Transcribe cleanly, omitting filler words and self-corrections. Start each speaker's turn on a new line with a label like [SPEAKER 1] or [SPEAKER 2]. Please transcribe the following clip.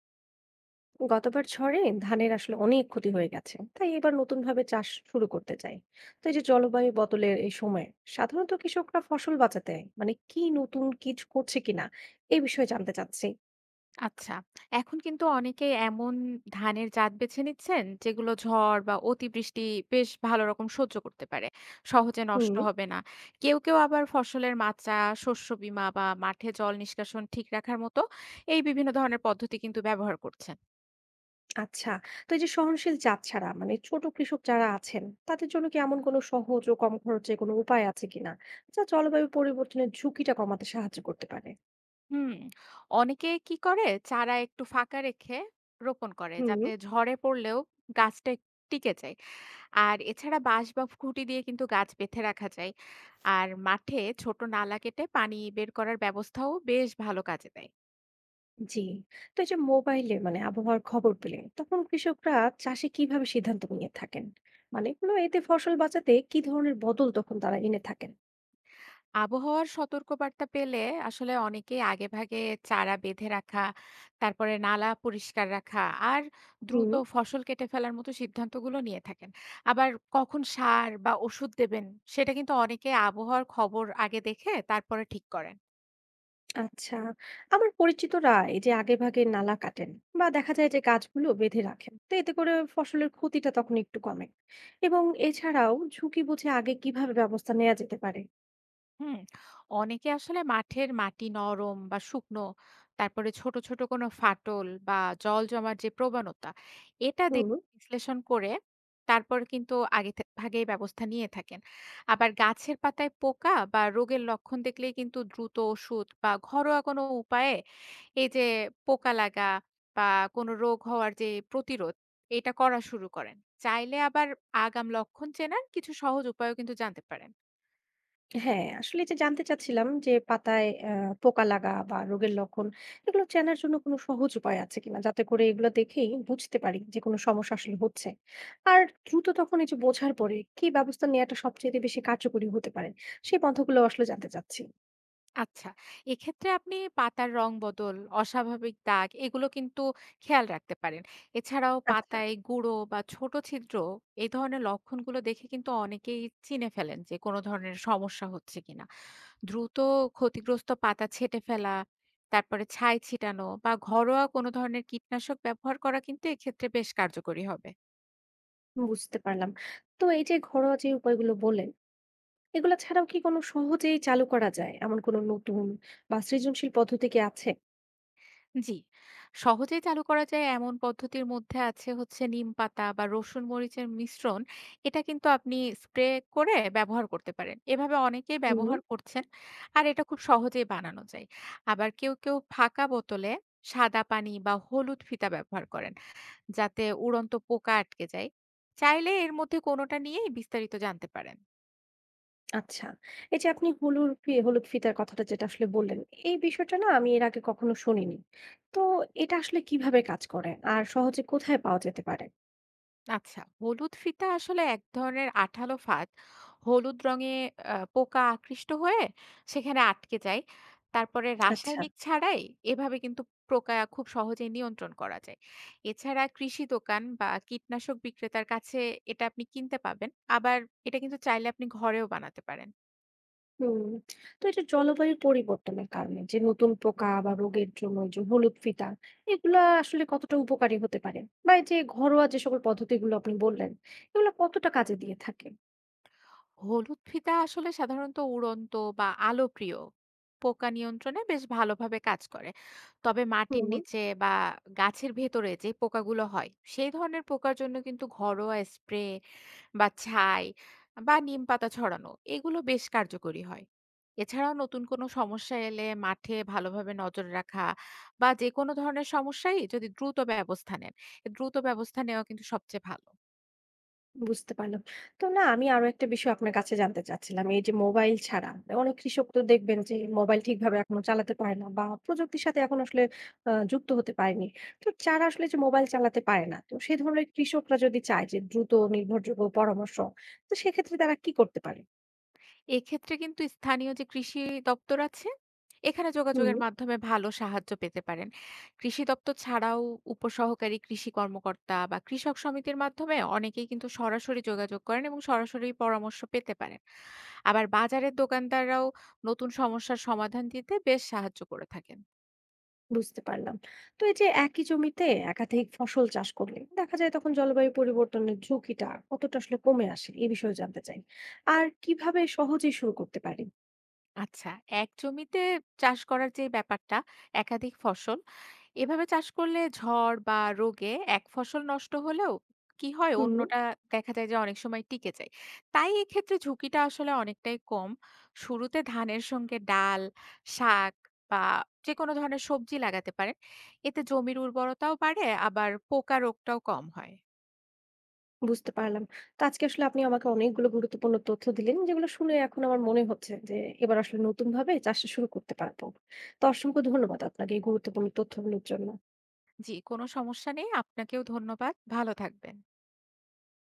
[SPEAKER 1] গতবার ঝড়ে ধানের আসলে অনেক ক্ষতি হয়ে গেছে, তাই এবার নতুন ভাবে চাষ শুরু করতে চাই। তো এই যে জলবায়ু বদলের এই সময়ে সাধারণত কৃষকরা ফসল বাঁচাতে মানে কি নতুন কিছু করছে কিনা এই বিষয়ে জানতে চাচ্ছি।
[SPEAKER 2] আচ্ছা। এখন কিন্তু অনেকেই এমন ধানের জাত বেছে নিচ্ছেন, যেগুলো ঝড় বা অতিবৃষ্টি বেশ ভালো রকম সহ্য করতে পারে। সহজে নষ্ট
[SPEAKER 1] হুম।
[SPEAKER 2] হবে না। কেউ কেউ আবার ফসলের মাচা, শস্য বীমা বা মাঠে জল নিষ্কাশন ঠিক রাখার মতো এই বিভিন্ন ধরনের পদ্ধতি কিন্তু ব্যবহার করছেন।
[SPEAKER 1] আচ্ছা। তো এই যে সহনশীল জাত ছাড়া মানে ছোট কৃষক যারা আছেন তাদের জন্য কি এমন কোনো সহজ ও কম খরচে কোনো উপায় আছে কিনা, যা জলবায়ু পরিবর্তনের ঝুঁকিটা কমাতে সাহায্য করতে পারে।
[SPEAKER 2] হুম, অনেকে কি করে? চারা একটু ফাঁকা রেখে রোপণ করে,
[SPEAKER 1] হুম।
[SPEAKER 2] যাতে ঝড়ে পড়লেও গাছটা টিকে যায়। আর এছাড়া বাঁশ বা খুঁটি দিয়ে কিন্তু গাছ বেঁধে রাখা যায়। আর মাঠে ছোট নালা কেটে পানি বের করার ব্যবস্থাও বেশ ভালো কাজে দেয়।
[SPEAKER 1] জি। তো এই যে মোবাইলে মানে আবহাওয়ার খবর পেলে তখন কৃষকরা চাষে কিভাবে সিদ্ধান্ত নিয়ে থাকেন, মানে কোনো এতে ফসল বাঁচাতে কি ধরনের বদল তখন তারা এনে থাকেন।
[SPEAKER 2] আবহাওয়ার সতর্কবার্তা পেলে আসলে অনেকেই আগেভাগে চারা বেঁধে রাখা, তারপরে নালা পরিষ্কার রাখা আর দ্রুত
[SPEAKER 1] হুম।
[SPEAKER 2] ফসল কেটে ফেলার মতো সিদ্ধান্তগুলো নিয়ে থাকেন। আবার কখন সার বা ওষুধ দেবেন সেটা কিন্তু অনেকে আবহাওয়ার খবর আগে দেখে তারপরে ঠিক করেন।
[SPEAKER 1] আচ্ছা। আমার পরিচিতরা এই যে আগে ভাগে নালা কাটেন বা দেখা যায় যে গাছগুলো বেঁধে রাখেন, তো এতে করে ফসলের ক্ষতিটা তখন একটু কমে, এবং এছাড়াও ঝুঁকি বুঝে আগে কিভাবে ব্যবস্থা নেওয়া যেতে পারে।
[SPEAKER 2] হুম, অনেকে আসলে মাঠের মাটি নরম বা শুকনো, তারপরে ছোট, ছোট কোনো ফাটল বা জল জমার যে প্রবণতা, এটা
[SPEAKER 1] হুম।
[SPEAKER 2] দেখে বিশ্লেষণ করে তারপর কিন্তু আগে ভাগেই ব্যবস্থা নিয়ে থাকেন। আবার গাছের পাতায় পোকা বা রোগের লক্ষণ দেখলেই কিন্তু দ্রুত ওষুধ বা ঘরোয়া কোনো উপায়ে এই যে পোকা লাগা বা কোনো রোগ হওয়ার যে প্রতিরোধ, এটা করা শুরু করেন। চাইলে আবার আগাম লক্ষণ চেনার কিছু সহজ উপায়ও কিন্তু জানতে পারেন।
[SPEAKER 1] হ্যাঁ, আসলে এটা জানতে চাচ্ছিলাম যে পাতায় পোকা লাগা বা রোগের লক্ষণ এগুলো চেনার জন্য কোনো সহজ উপায় আছে কিনা? যাতে করে এগুলো দেখেই বুঝতে পারি যে কোনো সমস্যা আসলে হচ্ছে। আর দ্রুত তখন এই যে বোঝার পরে কি ব্যবস্থা নেওয়াটা সবচাইতে বেশি কার্যকরী হতে পারে? সেই পন্থাগুলো আসলে জানতে চাচ্ছি।
[SPEAKER 2] আচ্ছা, এক্ষেত্রে আপনি পাতার রং বদল, অস্বাভাবিক দাগ এগুলো কিন্তু খেয়াল রাখতে পারেন। এছাড়াও
[SPEAKER 1] আচ্ছা,
[SPEAKER 2] পাতায় গুঁড়ো বা ছোট ছিদ্র এই ধরনের লক্ষণগুলো দেখে কিন্তু অনেকেই চিনে ফেলেন যে কোনো ধরনের সমস্যা হচ্ছে কিনা। দ্রুত ক্ষতিগ্রস্ত পাতা ছেঁটে ফেলা, তারপরে ছাই ছিটানো বা ঘরোয়া কোনো ধরনের কীটনাশক ব্যবহার করা কিন্তু এক্ষেত্রে বেশ কার্যকরী হবে।
[SPEAKER 1] বুঝতে পারলাম। তো এই যে ঘরোয়া যে উপায়গুলো বললেন, এগুলা ছাড়াও কি কোনো সহজেই চালু করা যায় এমন কোনো নতুন বা সৃজনশীল পদ্ধতি কি আছে?
[SPEAKER 2] জি। সহজেই চালু করা যায় এমন পদ্ধতির মধ্যে আছে হচ্ছে নিম পাতা বা রসুন মরিচের মিশ্রণ। এটা কিন্তু আপনি স্প্রে করে ব্যবহার করতে পারেন। এভাবে অনেকেই
[SPEAKER 1] হুম।
[SPEAKER 2] ব্যবহার করছেন। আর এটা খুব সহজেই বানানো যায়। আবার কেউ কেউ ফাঁকা বোতলে সাদা পানি বা হলুদ ফিতা ব্যবহার করেন, যাতে উড়ন্ত পোকা আটকে যায়। চাইলে এর মধ্যে কোনোটা নিয়েই বিস্তারিত জানতে পারেন।
[SPEAKER 1] আচ্ছা। এই যে আপনি হলুর ফি হলুদ ফিতার কথাটা যেটা আসলে বললেন, এই বিষয়টা না আমি এর আগে কখনো শুনিনি। তো এটা আসলে কিভাবে কাজ করে? আর সহজে কোথায় পাওয়া যেতে পারে?
[SPEAKER 2] আচ্ছা, হলুদ ফিতা আসলে এক ধরনের আঠালো ফাঁদ। হলুদ রঙে পোকা আকৃষ্ট হয়ে সেখানে আটকে যায়। তারপরে
[SPEAKER 1] আচ্ছা,
[SPEAKER 2] রাসায়নিক ছাড়াই এভাবে কিন্তু পোকা খুব সহজেই নিয়ন্ত্রণ করা যায়। এছাড়া কৃষি দোকান বা কীটনাশক বিক্রেতার কাছে এটা আপনি কিনতে পাবেন। আবার এটা কিন্তু চাইলে আপনি ঘরেও বানাতে পারেন।
[SPEAKER 1] হুম। তো এটা জলবায়ুর পরিবর্তনের কারণে যে নতুন পোকা বা রোগের জন্য যে হলুদ ফিতা, এগুলা আসলে কতটা উপকারী হতে পারে? বা এই যে ঘরোয়া যে সকল পদ্ধতিগুলো আপনি বললেন, এগুলো কতটা কাজে দিয়ে থাকে?
[SPEAKER 2] হলুদ ফিতা আসলে সাধারণত উড়ন্ত বা আলোপ্রিয় পোকা নিয়ন্ত্রণে বেশ ভালোভাবে কাজ করে, তবে মাটির
[SPEAKER 1] হুম।
[SPEAKER 2] নিচে বা গাছের ভেতরে যে পোকাগুলো হয় সেই ধরনের পোকার জন্য কিন্তু ঘরোয়া স্প্রে বা ছাই বা নিম পাতা ছড়ানো এগুলো বেশ কার্যকরী হয়। এছাড়াও নতুন কোনো সমস্যা এলে মাঠে ভালোভাবে নজর রাখা বা যে কোনো ধরনের সমস্যায় যদি দ্রুত ব্যবস্থা নেন, দ্রুত ব্যবস্থা নেওয়া কিন্তু সবচেয়ে ভালো।
[SPEAKER 1] বুঝতে পারলাম। তো না আমি আরো একটা বিষয় আপনার কাছে জানতে চাচ্ছিলাম। এই যে মোবাইল ছাড়া অনেক কৃষক তো দেখবেন যে মোবাইল ঠিকভাবে এখনো চালাতে পারে না বা প্রযুক্তির সাথে এখন আসলে যুক্ত হতে পারেনি। তো যারা আসলে যে মোবাইল চালাতে পারে না, তো সে ধরনের কৃষকরা যদি চায় যে দ্রুত নির্ভরযোগ্য পরামর্শ, তো সেক্ষেত্রে তারা কি করতে পারে?
[SPEAKER 2] এক্ষেত্রে কিন্তু স্থানীয় যে কৃষি দপ্তর আছে, এখানে
[SPEAKER 1] হুম।
[SPEAKER 2] যোগাযোগের মাধ্যমে ভালো সাহায্য পেতে পারেন। কৃষি দপ্তর ছাড়াও উপসহকারী কৃষি কর্মকর্তা বা কৃষক সমিতির মাধ্যমে অনেকেই কিন্তু সরাসরি যোগাযোগ করেন এবং সরাসরি পরামর্শ পেতে পারেন। আবার বাজারের দোকানদাররাও নতুন সমস্যার সমাধান দিতে বেশ সাহায্য করে থাকেন।
[SPEAKER 1] বুঝতে পারলাম। তো এই যে একই জমিতে একাধিক ফসল চাষ করলে দেখা যায় তখন জলবায়ু পরিবর্তনের ঝুঁকিটা কতটা আসলে কমে আসে? এ বিষয়ে জানতে চাই। আর কিভাবে সহজেই শুরু করতে পারি?
[SPEAKER 2] আচ্ছা, এক জমিতে চাষ করার যে ব্যাপারটা, একাধিক ফসল। এভাবে চাষ করলে ঝড় বা রোগে এক ফসল নষ্ট হলেও কি হয়
[SPEAKER 1] হুম।
[SPEAKER 2] অন্যটা দেখা যায় যে অনেক সময় টিকে যায়। তাই এক্ষেত্রে ঝুঁকিটা আসলে অনেকটাই কম। শুরুতে ধানের সঙ্গে ডাল, শাক বা যেকোনো ধরনের সবজি লাগাতে পারেন। এতে জমির উর্বরতাও বাড়ে আবার পোকা রোগটাও কম হয়।
[SPEAKER 1] বুঝতে পারলাম। তো আজকে আসলে আপনি আমাকে অনেকগুলো গুরুত্বপূর্ণ তথ্য দিলেন, যেগুলো শুনে এখন আমার মনে হচ্ছে যে এবার আসলে নতুনভাবে চাষটা শুরু করতে পারবো। তো অসংখ্য ধন্যবাদ আপনাকে এই গুরুত্বপূর্ণ তথ্যগুলোর জন্য।
[SPEAKER 2] জি, কোনো সমস্যা নেই। আপনাকেও ধন্যবাদ। ভালো থাকবেন।